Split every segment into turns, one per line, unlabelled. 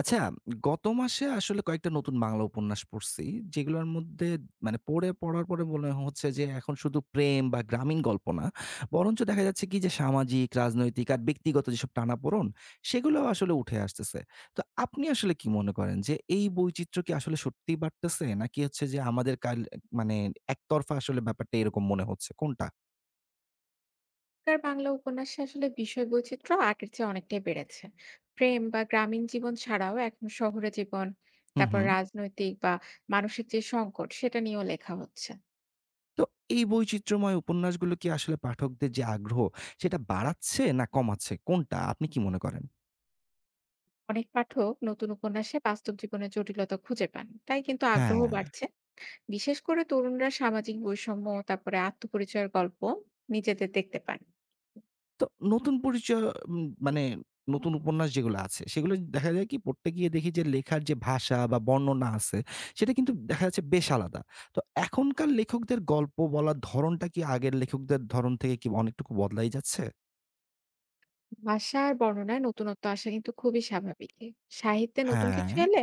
আচ্ছা, গত মাসে আসলে কয়েকটা নতুন বাংলা উপন্যাস পড়ছি। যেগুলোর মধ্যে মানে পড়ে পড়ার পরে মনে হচ্ছে যে এখন শুধু প্রেম বা গ্রামীণ গল্প না, বরঞ্চ দেখা যাচ্ছে কি যে সামাজিক, রাজনৈতিক আর ব্যক্তিগত যেসব টানাপোড়ন সেগুলো আসলে উঠে আসতেছে। তো আপনি আসলে কি মনে করেন যে এই বৈচিত্র্য কি আসলে সত্যিই বাড়তেছে? নাকি হচ্ছে যে আমাদের কাল মানে একতরফা আসলে ব্যাপারটা এরকম মনে হচ্ছে? কোনটা?
এখনকার বাংলা উপন্যাসে আসলে বিষয় বৈচিত্র্য আগের চেয়ে অনেকটাই বেড়েছে। প্রেম বা গ্রামীণ জীবন ছাড়াও এখন শহুরে জীবন,
হু, হু।
তারপর রাজনৈতিক বা মানসিক যে সংকট সেটা নিয়েও লেখা হচ্ছে।
তো এই বৈচিত্র্যময় উপন্যাসগুলো কি আসলে পাঠকদের যে আগ্রহ সেটা বাড়াচ্ছে না কমাচ্ছে? কোনটা আপনি কি মনে করেন?
অনেক পাঠক নতুন উপন্যাসে বাস্তব জীবনের জটিলতা খুঁজে পান। তাই কিন্তু আগ্রহ
হ্যাঁ।
বাড়ছে। বিশেষ করে তরুণরা সামাজিক বৈষম্য, তারপরে আত্মপরিচয়ের গল্প নিজেদের দেখতে পান।
তো নতুন পরিচয় মানে নতুন উপন্যাস যেগুলো আছে সেগুলো দেখা যায় কি পড়তে গিয়ে দেখি যে লেখার যে ভাষা বা বর্ণনা আছে সেটা কিন্তু দেখা যাচ্ছে বেশ আলাদা। তো এখনকার লেখকদের গল্প বলার ধরণটা কি আগের লেখকদের ধরণ থেকে কি অনেকটুকু বদলাই যাচ্ছে?
ভাষার বর্ণনায় নতুনত্ব আসা কিন্তু খুবই স্বাভাবিক। সাহিত্যে নতুন
হ্যাঁ।
কিছু এলে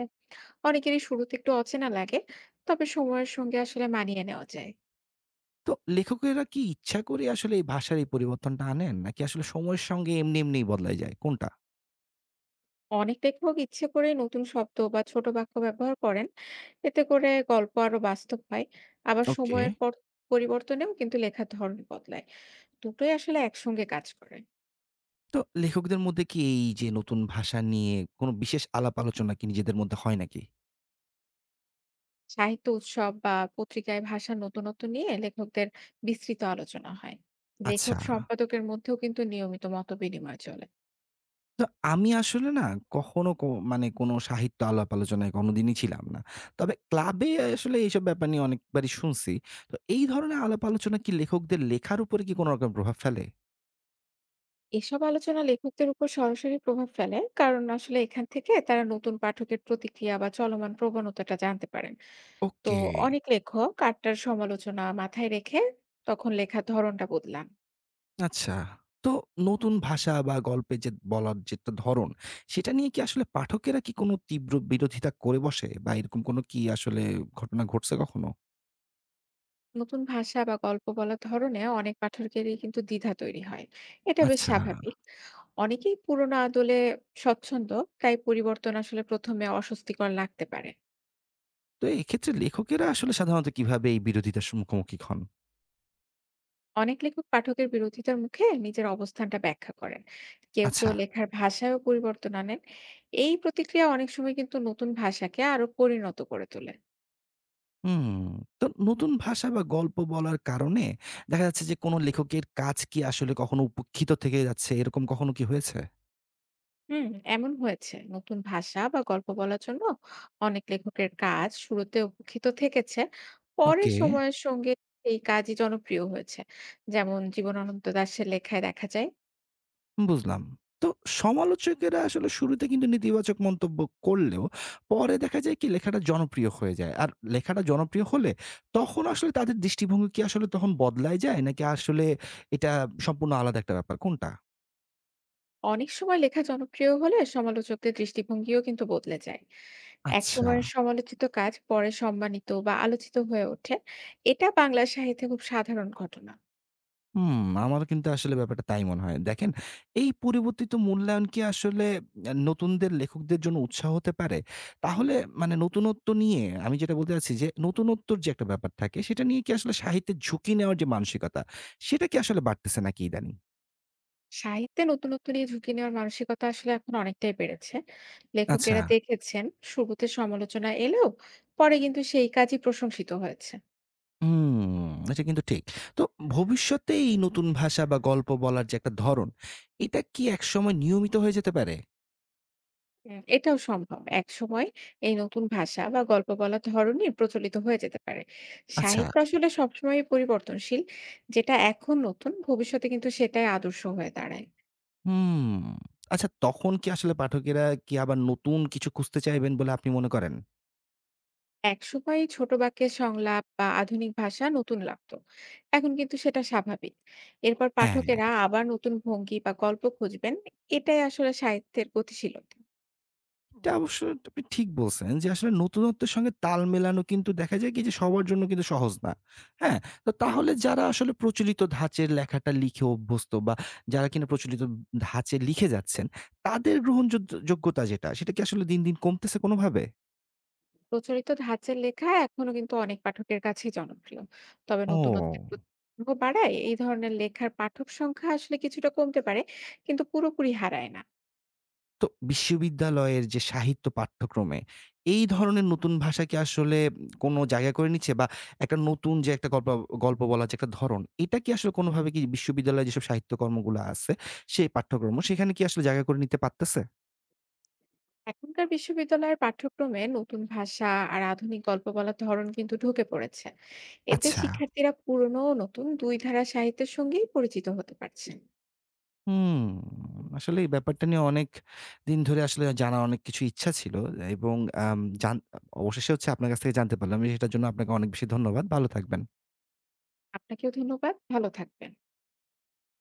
অনেকেরই শুরুতে একটু অচেনা লাগে, তবে সময়ের সঙ্গে আসলে মানিয়ে নেওয়া যায়।
তো লেখকেরা কি ইচ্ছা করে আসলে এই ভাষার এই পরিবর্তনটা আনেন? নাকি আসলে সময়ের সঙ্গে এমনিই বদলাই যায়? কোনটা?
অনেক লেখক ইচ্ছে করে নতুন শব্দ বা ছোট বাক্য ব্যবহার করেন, এতে করে গল্প আরো বাস্তব হয়। আবার
ওকে।
সময়ের পর পরিবর্তনেও কিন্তু লেখার ধরন বদলায়। দুটোই আসলে একসঙ্গে কাজ করে।
তো লেখকদের মধ্যে কি এই যে নতুন ভাষা নিয়ে কোনো বিশেষ আলাপ আলোচনা কি নিজেদের মধ্যে হয় নাকি?
সাহিত্য উৎসব বা পত্রিকায় ভাষার নতুনত্ব নিয়ে লেখকদের বিস্তৃত আলোচনা হয়।
আচ্ছা।
লেখক সম্পাদকের মধ্যেও কিন্তু নিয়মিত মতবিনিময় চলে।
তো আমি আসলে না কখনো ক মানে কোনো সাহিত্য আলাপ আলোচনায় কোনোদিনই ছিলাম না। তবে ক্লাবে আসলে এইসব ব্যাপার নিয়ে অনেকবারই শুনছি। তো এই ধরনের আলাপ আলোচনা কি লেখকদের লেখার উপরে কি কোনো রকম প্রভাব ফেলে?
এসব আলোচনা লেখকদের উপর সরাসরি প্রভাব ফেলে, কারণ আসলে এখান থেকে তারা নতুন পাঠকের প্রতিক্রিয়া বা চলমান প্রবণতাটা জানতে পারেন। তো
ওকে।
অনেক লেখক আটটার সমালোচনা মাথায় রেখে তখন লেখার ধরনটা বদলান।
আচ্ছা। তো নতুন ভাষা বা গল্পে যে বলার যে একটা ধরন, সেটা নিয়ে কি আসলে পাঠকেরা কি কোনো তীব্র বিরোধিতা করে বসে? বা এরকম কোনো কি আসলে ঘটনা ঘটছে কখনো?
নতুন ভাষা বা গল্প বলার ধরনে অনেক পাঠকেরই কিন্তু দ্বিধা তৈরি হয়। এটা বেশ
আচ্ছা।
স্বাভাবিক। অনেকেই পুরোনো আদলে স্বচ্ছন্দ, তাই পরিবর্তন আসলে প্রথমে অস্বস্তিকর লাগতে পারে।
তো এক্ষেত্রে লেখকেরা আসলে সাধারণত কিভাবে এই বিরোধিতার মুখোমুখি হন?
অনেক লেখক পাঠকের বিরোধিতার মুখে নিজের অবস্থানটা ব্যাখ্যা করেন, কেউ কেউ
আচ্ছা।
লেখার ভাষায়ও পরিবর্তন আনেন। এই প্রতিক্রিয়া অনেক সময় কিন্তু নতুন ভাষাকে আরো পরিণত করে তোলে।
হুম। তো নতুন ভাষা বা গল্প বলার কারণে দেখা যাচ্ছে যে কোনো লেখকের কাজ কি আসলে কখনো উপেক্ষিত থেকে যাচ্ছে, এরকম কখনো কি হয়েছে?
হুম, এমন হয়েছে, নতুন ভাষা বা গল্প বলার জন্য অনেক লেখকের কাজ শুরুতে উপেক্ষিত থেকেছে, পরে
ওকে।
সময়ের সঙ্গে এই কাজই জনপ্রিয় হয়েছে। যেমন জীবনানন্দ দাশের লেখায় দেখা যায়।
বুঝলাম। তো সমালোচকেরা আসলে শুরুতে কিন্তু নেতিবাচক মন্তব্য করলেও পরে দেখা যায় কি লেখাটা জনপ্রিয় হয়ে যায়। আর লেখাটা জনপ্রিয় হলে তখন আসলে তাদের দৃষ্টিভঙ্গি কি আসলে তখন বদলায় যায়? নাকি আসলে এটা সম্পূর্ণ আলাদা একটা ব্যাপার কোনটা?
অনেক সময় লেখা জনপ্রিয় হলে সমালোচকদের দৃষ্টিভঙ্গিও কিন্তু বদলে যায়।
আচ্ছা।
একসময়ের সমালোচিত কাজ পরে সম্মানিত বা আলোচিত হয়ে ওঠে। এটা বাংলা সাহিত্যে খুব সাধারণ ঘটনা।
হুম, আমারও কিন্তু আসলে ব্যাপারটা তাই মনে হয়। দেখেন, এই পরিবর্তিত মূল্যায়ন কি আসলে নতুনদের লেখকদের জন্য উৎসাহ হতে পারে? তাহলে মানে নতুনত্ব নিয়ে আমি যেটা বলতে চাচ্ছি যে, নতুনত্বর যে একটা ব্যাপার থাকে, সেটা নিয়ে কি আসলে সাহিত্যে ঝুঁকি নেওয়ার যে মানসিকতা, সেটা কি আসলে বাড়তেছে নাকি ইদানিং?
সাহিত্যে নতুনত্ব নিয়ে ঝুঁকি নেওয়ার মানসিকতা আসলে এখন অনেকটাই বেড়েছে।
আচ্ছা।
লেখকেরা দেখেছেন, শুরুতে সমালোচনা এলেও পরে কিন্তু সেই কাজই প্রশংসিত হয়েছে।
হুম, এটা কিন্তু ঠিক। তো ভবিষ্যতে এই নতুন ভাষা বা গল্প বলার যে একটা ধরন, এটা কি একসময় নিয়মিত হয়ে যেতে পারে?
এটাও সম্ভব, একসময় এই নতুন ভাষা বা গল্প বলার ধরনই প্রচলিত হয়ে যেতে পারে।
আচ্ছা।
সাহিত্য আসলে সবসময় পরিবর্তনশীল। যেটা এখন নতুন, ভবিষ্যতে কিন্তু সেটাই আদর্শ হয়ে দাঁড়ায়।
হুম। আচ্ছা তখন কি আসলে পাঠকেরা কি আবার নতুন কিছু খুঁজতে চাইবেন বলে আপনি মনে করেন?
একসময় ছোট বাক্যের সংলাপ বা আধুনিক ভাষা নতুন লাগতো, এখন কিন্তু সেটা স্বাভাবিক। এরপর
হ্যাঁ।
পাঠকেরা আবার নতুন ভঙ্গি বা গল্প খুঁজবেন। এটাই আসলে সাহিত্যের গতিশীলতা।
এটা অবশ্য আপনি ঠিক বলছেন যে আসলে নতুনত্বের সঙ্গে তাল মেলানো কিন্তু দেখা যায় কি যে সবার জন্য কিন্তু সহজ না। হ্যাঁ? তো তাহলে যারা আসলে প্রচলিত ধাঁচের লেখাটা লিখে অভ্যস্ত বা যারা কিনা প্রচলিত ধাঁচে লিখে যাচ্ছেন, তাদের গ্রহণযোগ্য যোগ্যতা যেটা সেটা কি আসলে দিন, দিন কমতেছে কোনোভাবে?
প্রচলিত ধাঁচের লেখা এখনো কিন্তু অনেক পাঠকের কাছে জনপ্রিয়। তবে নতুনত্বের
ও।
প্রতি আগ্রহ বাড়ায় এই ধরনের লেখার পাঠক সংখ্যা আসলে কিছুটা কমতে পারে, কিন্তু পুরোপুরি হারায় না।
তো বিশ্ববিদ্যালয়ের যে সাহিত্য পাঠ্যক্রমে এই ধরনের নতুন ভাষা কি আসলে কোনো জায়গা করে নিচ্ছে? বা একটা নতুন যে একটা গল্প গল্প বলার যে একটা ধরন, এটা কি আসলে কোনোভাবে কি বিশ্ববিদ্যালয়ে যেসব সাহিত্যকর্মগুলা আছে, সেই পাঠ্যক্রম সেখানে কি আসলে জায়গা করে নিতে পারতেছে?
এখনকার বিশ্ববিদ্যালয়ের পাঠ্যক্রমে নতুন ভাষা আর আধুনিক গল্প বলার ধরন কিন্তু ঢুকে পড়েছে। এতে
আচ্ছা।
শিক্ষার্থীরা পুরনো ও নতুন দুই ধারা সাহিত্যের সঙ্গেই পরিচিত হতে পারছেন।
হুম, আসলে এই ব্যাপারটা নিয়ে অনেক দিন ধরে আসলে জানার অনেক কিছু ইচ্ছা ছিল এবং আম জান অবশেষে হচ্ছে আপনার কাছ থেকে জানতে পারলাম। সেটার জন্য আপনাকে অনেক বেশি ধন্যবাদ। ভালো থাকবেন।
আপনাকেও ধন্যবাদ, ভালো থাকবেন।